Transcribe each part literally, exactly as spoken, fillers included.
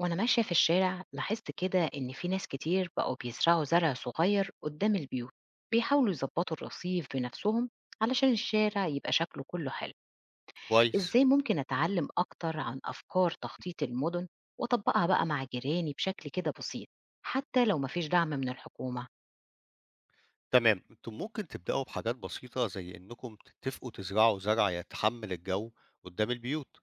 وأنا ماشية في الشارع لاحظت كده إن في ناس كتير بقوا بيزرعوا زرع صغير قدام البيوت. بيحاولوا يظبطوا الرصيف بنفسهم علشان الشارع يبقى شكله كله حلو. كويس، إزاي ممكن أتعلم أكتر عن أفكار تخطيط المدن وأطبقها بقى مع جيراني بشكل كده بسيط، حتى لو مفيش دعم من الحكومة؟ تمام، أنتم ممكن تبدأوا بحاجات بسيطة زي إنكم تتفقوا تزرعوا زرع يتحمل الجو قدام البيوت،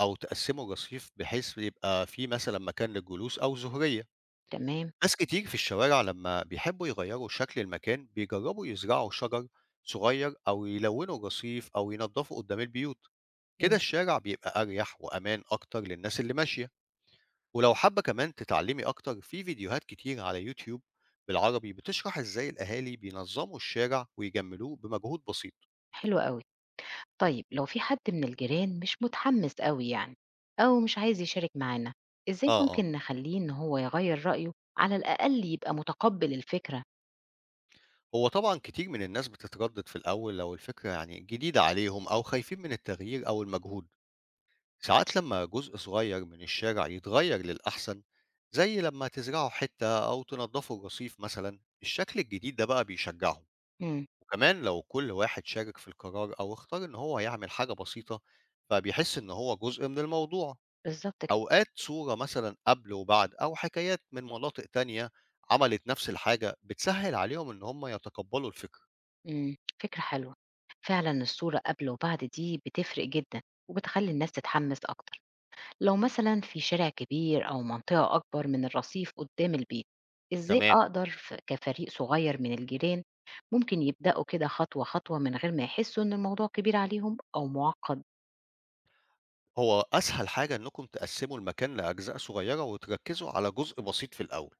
أو تقسموا الرصيف بحيث يبقى فيه مثلا مكان للجلوس أو زهرية. تمام. ناس كتير في الشوارع لما بيحبوا يغيروا شكل المكان بيجربوا يزرعوا شجر صغير أو يلونوا الرصيف أو ينضفوا قدام البيوت، كده مم. الشارع بيبقى أريح وأمان أكتر للناس اللي ماشية. ولو حابة كمان تتعلمي أكتر في فيديوهات كتير على يوتيوب بالعربي بتشرح إزاي الأهالي بينظموا الشارع ويجملوه بمجهود بسيط. حلو قوي. طيب لو في حد من الجيران مش متحمس قوي يعني، أو مش عايز يشارك معانا، إزاي آه آه. ممكن نخليه إن هو يغير رأيه، على الأقل يبقى متقبل الفكرة؟ هو طبعا كتير من الناس بتتردد في الأول لو الفكرة يعني جديدة عليهم أو خايفين من التغيير أو المجهود. ساعات لما جزء صغير من الشارع يتغير للأحسن، زي لما تزرعوا حتة أو تنضفوا الرصيف مثلا، الشكل الجديد ده بقى بيشجعهم. امم. وكمان لو كل واحد شارك في القرار أو اختار إن هو يعمل حاجة بسيطة، فبيحس إن هو جزء من الموضوع. بالظبط كده. أوقات صورة مثلا قبل وبعد أو حكايات من مناطق تانية عملت نفس الحاجة بتسهل عليهم إن هم يتقبلوا الفكرة. امم. فكرة حلوة. فعلا الصورة قبل وبعد دي بتفرق جدا، وبتخلي الناس تتحمس أكتر. لو مثلا في شارع كبير أو منطقة أكبر من الرصيف قدام البيت، إزاي تمام، أقدر ف- كفريق صغير من الجيران ممكن يبدأوا كده خطوة خطوة من غير ما يحسوا إن الموضوع كبير عليهم أو معقد؟ هو أسهل حاجة إنكم تقسموا المكان لأجزاء صغيرة وتركزوا على جزء بسيط في الأول،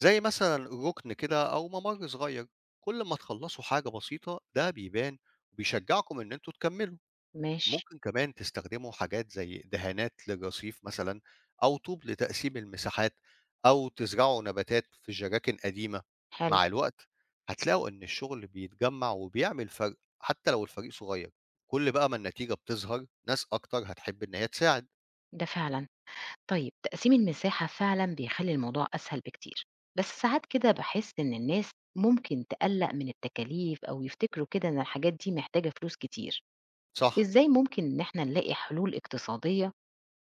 زي مثلا ركن كده أو ممر صغير. كل ما تخلصوا حاجة بسيطة ده بيبان وبيشجعكم إن أنتوا تكملوا. ماشي. ممكن كمان تستخدموا حاجات زي دهانات للرصيف مثلا، أو طوب لتقسيم المساحات، أو تزرعوا نباتات في جراكن قديمة. حلو. مع الوقت هتلاقوا إن الشغل بيتجمع وبيعمل فرق حتى لو الفريق صغير. كل بقى ما النتيجة بتظهر ناس أكتر هتحب إن هي تساعد. ده فعلًا. طيب تقسيم المساحة فعلًا بيخلّي الموضوع أسهل بكتير، بس ساعات كده باحس إن الناس ممكن تقلّق من التكاليف، أو يفتكروا كده إن الحاجات دي محتاجة فلوس كتير. صح، إزاي ممكن إن إحنا نلاقي حلول اقتصادية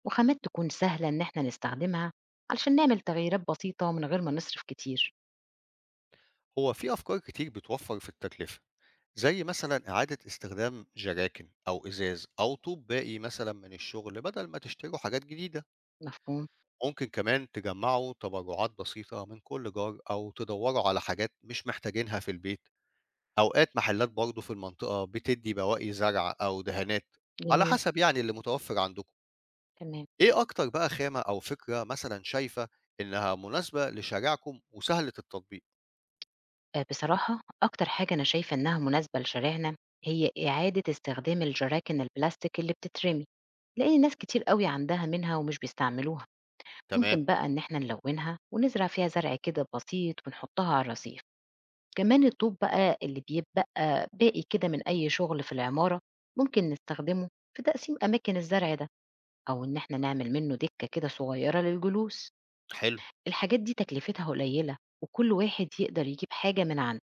وخامات تكون سهلة إن إحنا نستخدمها، علشان نعمل تغييرات بسيطة من غير ما نصرف كتير؟ هو في أفكار كتير بتوفر في التكلفة، زي مثلا إعادة استخدام جراكن أو إزاز أو طوب باقي مثلا من الشغل بدل ما تشتروا حاجات جديدة. مفهوم. ممكن كمان تجمعوا تبرعات بسيطة من كل جار أو تدوروا على حاجات مش محتاجينها في البيت. أوقات محلات برضه في المنطقة بتدي بواقي زرع أو دهانات، على جميل. حسب يعني اللي متوفر عندكم. تمام. إيه أكتر بقى خامة أو فكرة مثلا شايفة إنها مناسبة لشارعكم وسهلة التطبيق؟ آآ بصراحة أكتر حاجة أنا شايفة إنها مناسبة لشارعنا هي إعادة استخدام الجراكن البلاستيك اللي بتترمي. لأن ناس كتير قوي عندها منها ومش بيستعملوها. تمام. ممكن بقى إن احنا نلونها ونزرع فيها زرع كده بسيط ونحطها على الرصيف. كمان الطوب بقى اللي بيبقى باقي كده من أي شغل في العمارة، ممكن نستخدمه في تقسيم أماكن الزرع ده، أو إن احنا نعمل منه دكة كده صغيرة للجلوس. حلو. الحاجات دي تكلفتها قليلة وكل واحد يقدر يجيب حاجة من عنده.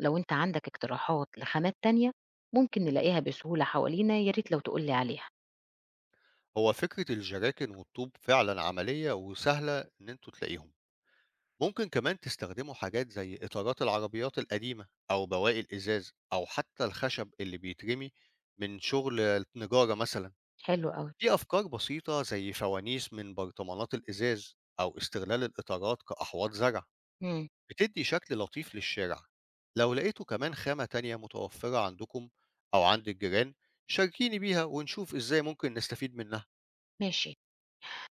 لو انت عندك اقتراحات لخامات تانية ممكن نلاقيها بسهولة حوالينا، يا ريت لو تقولي عليها. هو فكرة الجراكن والطوب فعلا عملية وسهلة إن أنتوا تلاقيهم. ممكن كمان تستخدموا حاجات زي إطارات العربيات القديمة أو بواقي الإزاز أو حتى الخشب اللي بيترمي من شغل النجارة مثلا. حلو قوي. في أفكار بسيطة زي فوانيس من برطمانات الإزاز أو استغلال الإطارات كأحواض زرع مم. بتدي شكل لطيف للشارع. لو لقيتوا كمان خامة تانية متوفرة عندكم أو عند الجيران، شاركيني بيها ونشوف إزاي ممكن نستفيد منها. ماشي.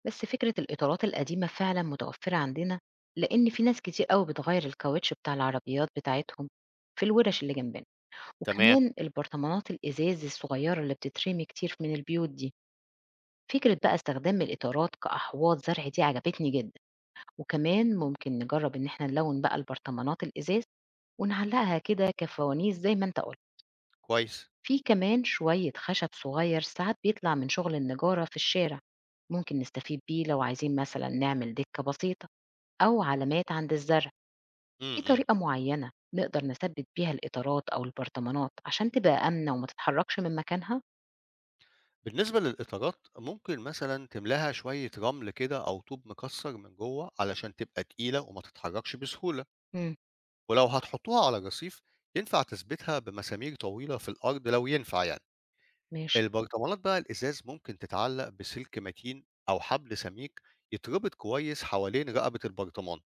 بس فكرة الإطارات القديمة فعلا متوفرة عندنا، لأن في ناس كتير قوي بتغير الكاوتش بتاع العربيات بتاعتهم في الورش اللي جنبنا. تمام. وكمان البرطمانات الإزاز الصغيرة اللي بتترمي كتير من البيوت دي. فكرة بقى استخدام الإطارات كأحواض زرع دي عجبتني جدا، وكمان ممكن نجرب إن احنا نلون بقى البرطمانات الإزاز ونعلقها كده كفوانيس زي ما انت قلت. كويس. في كمان شوية خشب صغير ساعات بيطلع من شغل النجارة في الشارع، ممكن نستفيد بيه لو عايزين مثلا نعمل دكة بسيطة أو علامات عند الزرع. م في -م. طريقة معينة نقدر نثبت بيها الإطارات أو البرطمانات عشان تبقى آمنة وما تتحركش من مكانها؟ بالنسبة للإطارات، ممكن مثلا تملاها شوية رمل كده أو طوب مكسر من جوه علشان تبقى تقيلة وما تتحركش بسهولة. امم. ولو هتحطوها على رصيف، ينفع تثبتها بمسامير طويلة في الأرض لو ينفع يعني. ماشي. البرطمانات بقى الإزاز ممكن تتعلق بسلك متين أو حبل سميك يتربط كويس حوالين رقبة البرطمان،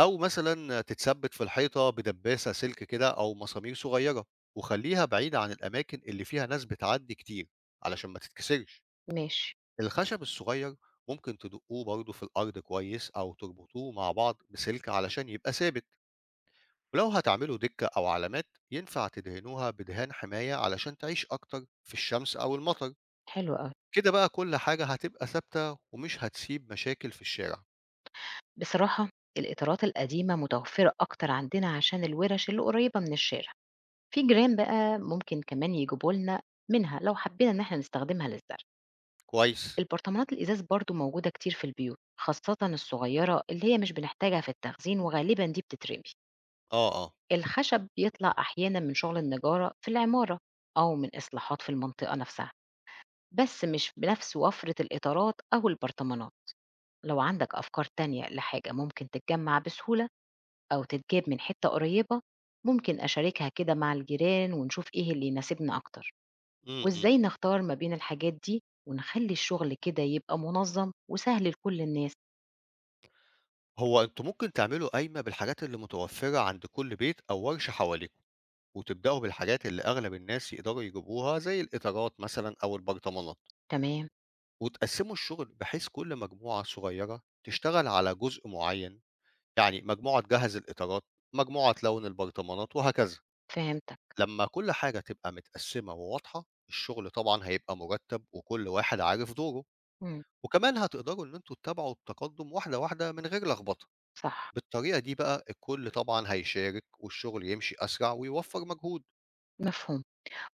أو مثلا تتثبت في الحيطة بدباسة سلك كده أو مسامير صغيرة، وخليها بعيدة عن الأماكن اللي فيها ناس بتعدي كتير علشان ما تتكسرش. ماشي. الخشب الصغير ممكن تدقوه برضه في الأرض كويس أو تربطوه مع بعض بسلك علشان يبقى ثابت. ولو هتعملوا دكة أو علامات، ينفع تدهنوها بدهان حماية علشان تعيش أكتر في الشمس أو المطر. حلو أوي. كده بقى كل حاجة هتبقى ثابتة ومش هتسيب مشاكل في الشارع. بصراحة الإطارات القديمة متوفرة أكتر عندنا عشان الورش اللي قريبة من الشارع. في جيران بقى ممكن كمان يجيبوا لنا منها لو حبينا إن احنا نستخدمها للزرع. كويس. البرطمانات الإزاز برضو موجودة كتير في البيوت، خاصة الصغيرة اللي هي مش بنحتاجها في التخزين، وغالبا دي بتترمي. اه اه. الخشب بيطلع أحيانا من شغل النجارة في العمارة، أو من إصلاحات في المنطقة نفسها، بس مش بنفس وفرة الإطارات أو البرطمانات. لو عندك أفكار تانية لحاجة ممكن تتجمع بسهولة أو تتجاب من حتة قريبة، ممكن أشاركها كده مع الجيران ونشوف إيه اللي يناسبنا أكتر، امم إمم. وإزاي نختار ما بين الحاجات دي ونخلي الشغل كده يبقى منظم وسهل لكل الناس. هو انتوا ممكن تعملوا قايمة بالحاجات اللي متوفرة عند كل بيت أو ورشة حواليكم، وتبدأوا بالحاجات اللي أغلب الناس يقدروا يجيبوها زي الإطارات مثلا أو البرطمانات، تمام. وتقسّموا الشغل بحيث كل مجموعة صغيرة تشتغل على جزء معيّن، يعني مجموعة تجهّز الإطارات، مجموعة تلوِّن البرطمانات وهكذا. فهمتك. لمّا كل حاجة تبقى متقسّمة وواضحة، الشغل طبعًا هيبقى مُرتَّب وكل واحد عارف دوره، مم. وكمان هتقدروا إن أنتم تتابعوا التقدُّم واحدة، واحدة من غير لخبطة. صح. بالطريقة دي بقى الكل طبعًا هيشارك والشغل يمشي أسرع ويوفّر مجهود. مفهوم.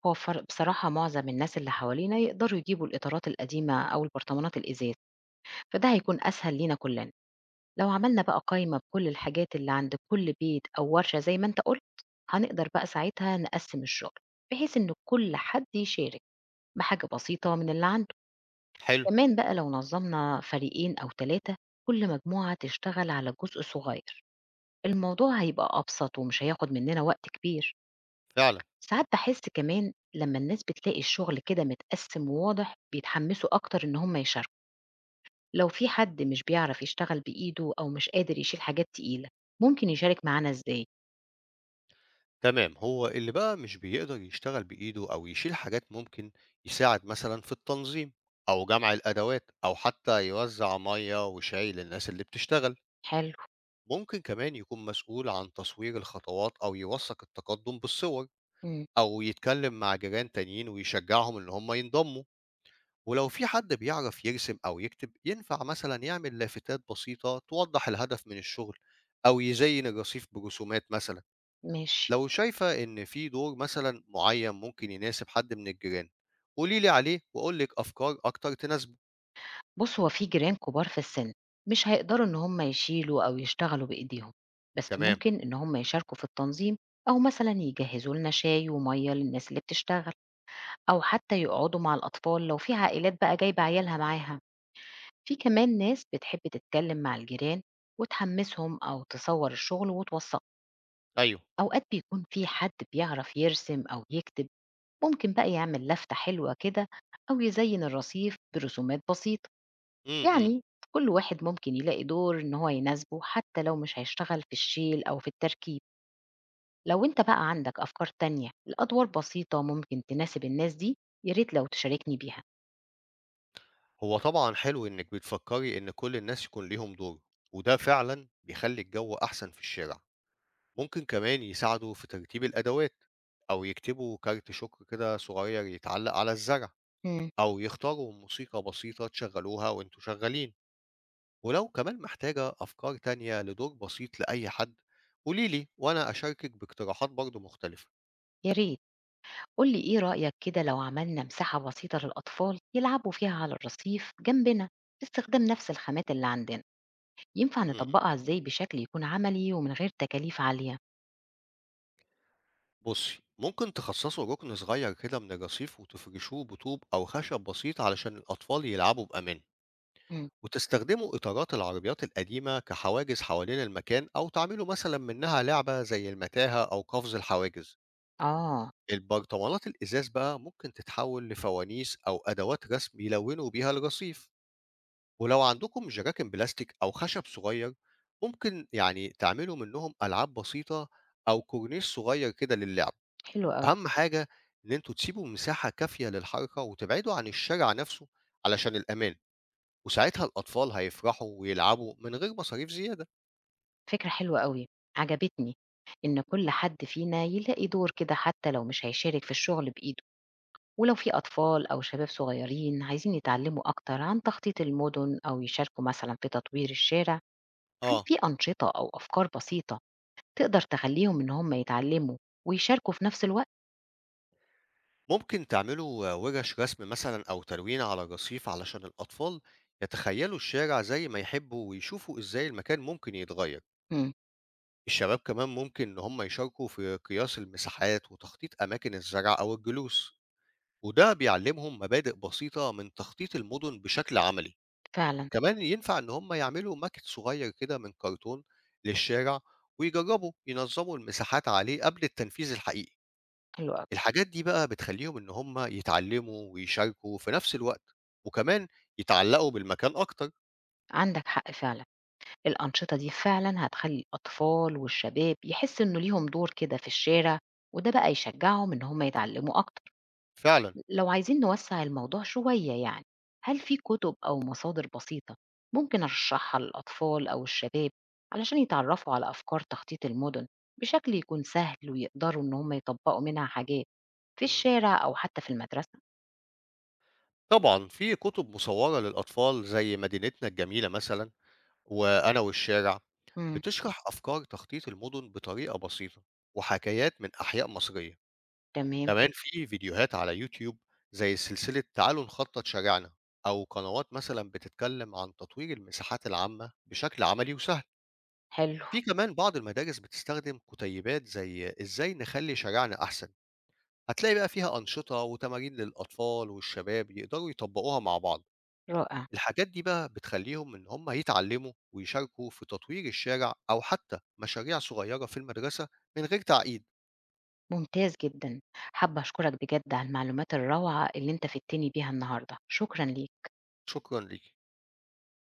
هو فر بصراحة معظم الناس اللي حوالينا يقدروا يجيبوا الإطارات القديمة أو البرطمانات الإزاز، فده هيكون أسهل لينا كلنا. لو عملنا بقى قائمة بكل الحاجات اللي عند كل بيت أو ورشة زي ما أنت قلت، هنقدر بقى ساعتها نقسم الشغل بحيث إن كل حد يشارك بحاجة بسيطة من اللي عنده. حلو. كمان بقى لو نظمنا فريقين أو ثلاثة، كل مجموعة تشتغل على جزء صغير، الموضوع هيبقى أبسط ومش هياخد مننا وقت كبير. فعلًا. ساعات باحس كمان لمّا الناس بتلاقي الشغل كده متقسّم وواضح، بيتحمّسوا أكتر إن هم يشاركوا. لو في حد مش بيعرف يشتغل بإيده أو مش قادر يشيل حاجات تقيلة، ممكن يشارك معانا إزاي؟ تمام، هو اللي بقى مش بيقدر يشتغل بإيده أو يشيل حاجات ممكن يساعد مثلا في التنظيم أو جمع الأدوات أو حتى يوزع مية وشاي للناس اللي بتشتغل. حلو. ممكن كمان يكون مسؤول عن تصوير الخطوات أو يوثق التقدم بالصور، إمم. أو يتكلم مع جيران تانيين ويشجعهم إن هم ينضموا. ولو في حد بيعرف يرسم أو يكتب ينفع مثلا يعمل لافتات بسيطة توضح الهدف من الشغل أو يزين الرصيف برسومات مثلا. ماشي. لو شايفة إن في دور مثلًا معيّن ممكن يناسب حد من الجيران، قولي لي عليه وأقول لِك أفكار أكتر تناسبه. بُص، هو في جيران كبار في السِن، مش هيقدروا إن هم يشيلوا أو يشتغلوا بإيديهم، بس تمام. ممكن إن هم يشاركوا في التنظيم، أو مثلًا يجهّزوا لنا شاي ومَيّة للناس اللي بتشتغل، أو حتى يقعدوا مع الأطفال لو في عائلات بقى جايبة عيالها معاها. في كمان ناس بتحب تتكلم مع الجيران وتحمسهم، أو تصور الشغل وتوثقه. أيوه. أوقات بيكون في حد بيعرف يرسم أو يكتب، ممكن بقى يعمل لفتة حلوة كده أو يزين الرصيف برسومات بسيطة. إمم، إمم. يعني كل واحد ممكن يلاقي دور إن هو يناسبه، حتى لو مش هيشتغل في الشيل أو في التركيب. لو أنت بقى عندك أفكار تانية لأدوار بسيطة ممكن تناسب الناس دي، ياريت لو تشاركني بيها. هو طبعًا حلو إنِّك بتفكّري إن كل الناس يكون ليهم دور، وده فعلًا بيخلّي الجو أحسن في الشارع. ممكن كمان يساعدوا في ترتيب الأدوات أو يكتبوا كارت شكر كده صغير يتعلّق على الزرع، مم. أو يختاروا موسيقى بسيطة تشغّلوها وأنتم شغّالين. ولو كمان محتاجة أفكار تانية لدور بسيط لأي حد، قولي لي وأنا أشاركك باقتراحات برضه مختلفة. ياريت. قُل لي إيه رأيك كده لو عملنا مساحة بسيطة للأطفال يلعبوا فيها على الرصيف جنبنا باستخدام نفس الخامات اللي عندنا، ينفع مم. نطبّقها إزاي بشكل يكون عملي ومن غير تكاليف عالية؟ بصي، ممكن تخصصوا ركن صغير كده من الرصيف وتفرشوه بطوب أو خشب بسيط علشان الأطفال يلعبوا بأمان، إمم. وتستخدموا إطارات العربيات القديمة كحواجز حوالين المكان أو تعملوا مثلا منها لعبة زي المتاهة أو قفز الحواجز. آه. البرطمانات الإزاز بقى ممكن تتحول لفوانيس أو أدوات رسم يلونوا بيها الرصيف. ولو عندكم جراكن بلاستيك أو خشب صغير، ممكن يعني تعملوا منهم ألعاب بسيطة أو كورنيش صغير كده للعب. حلو أوي. أهم حاجة إن أنتوا تسيبوا مساحة كافية للحركة وتبعدوا عن الشارع نفسه علشان الأمان، وساعتها الأطفال هيفرحوا ويلعبوا من غير مصاريف زيادة. فكرة حلوة أوي، عجبتني، إن كل حد فينا يلاقي دور كده حتى لو مش هيشارك في الشغل بإيده. ولو في أطفال أو شباب صغيرين عايزين يتعلموا أكتر عن تخطيط المدن أو يشاركوا مثلًا في تطوير الشارع، هل آه، في أنشطة أو أفكار بسيطة تقدر تخلّيهم إن هم يتعلّموا ويشاركوا في نفس الوقت؟ ممكن تعملوا ورش رسم مثلا أو تلوين على الرصيف علشان الأطفال يتخيلوا الشارع زي ما يحبوا ويشوفوا إزاي المكان ممكن يتغير. إمم. الشباب كمان ممكن إن هم يشاركوا في قياس المساحات وتخطيط أماكن الزرع أو الجلوس، وده بيعلمهم مبادئ بسيطة من تخطيط المدن بشكل عملي. فعلًا. كمان ينفع إن هم يعملوا ماكت صغير كده من كرتون للشارع ويجربوا ينظموا المساحات عليه قبل التنفيذ الحقيقي. حلو أوي. الحاجات دي بقى بتخليهم إن هم يتعلموا ويشاركوا في نفس الوقت، وكمان يتعلقوا بالمكان أكتر. عندك حق فعلًا، الأنشطة دي فعلًا هتخلّي الأطفال والشباب يحسّوا إنه ليهم دور كده في الشارع، وده بقى يشجّعهم إن هم يتعلّموا أكتر. فعلا. لو عايزين نوسّع الموضوع شوية يعني، هل في كُتب أو مصادر بسيطة ممكن أرشّحها للأطفال أو الشباب علشان يتعرّفوا على أفكار تخطيط المُدن بشكل يكون سهل ويقدروا إن هم يطبّقوا منها حاجات في مم. الشارع أو حتى في المدرسة؟ طبعا في كتب مصورة للأطفال زي مدينتنا الجميلة مثلا، وأنا والشارع، إمم. بتشرح أفكار تخطيط المدن بطريقة بسيطة وحكايات من أحياء مصرية. تمام. كمان في فيديوهات على يوتيوب زي سلسلة تعالوا نخطط شارعنا، أو قنوات مثلا بتتكلم عن تطوير المساحات العامة بشكل عملي وسهل. حلو. في كمان بعض المدارس بتستخدم كتيبات زي إزاي نخلي شارعنا أحسن، هتلاقي بقى فيها أنشطة وتمارين للأطفال والشباب يقدروا يطبقوها مع بعض. رائع. الحاجات دي بقى بتخلّيهم إن هم يتعلّموا ويشاركوا في تطوير الشارع أو حتى مشاريع صغيرة في المدرسة من غير تعقيد. ممتاز جدًا. حابة أشكرك بجد على المعلومات الروعة اللي أنت فدتني بيها النهارده، شكرًا ليك. شكرًا ليكِ.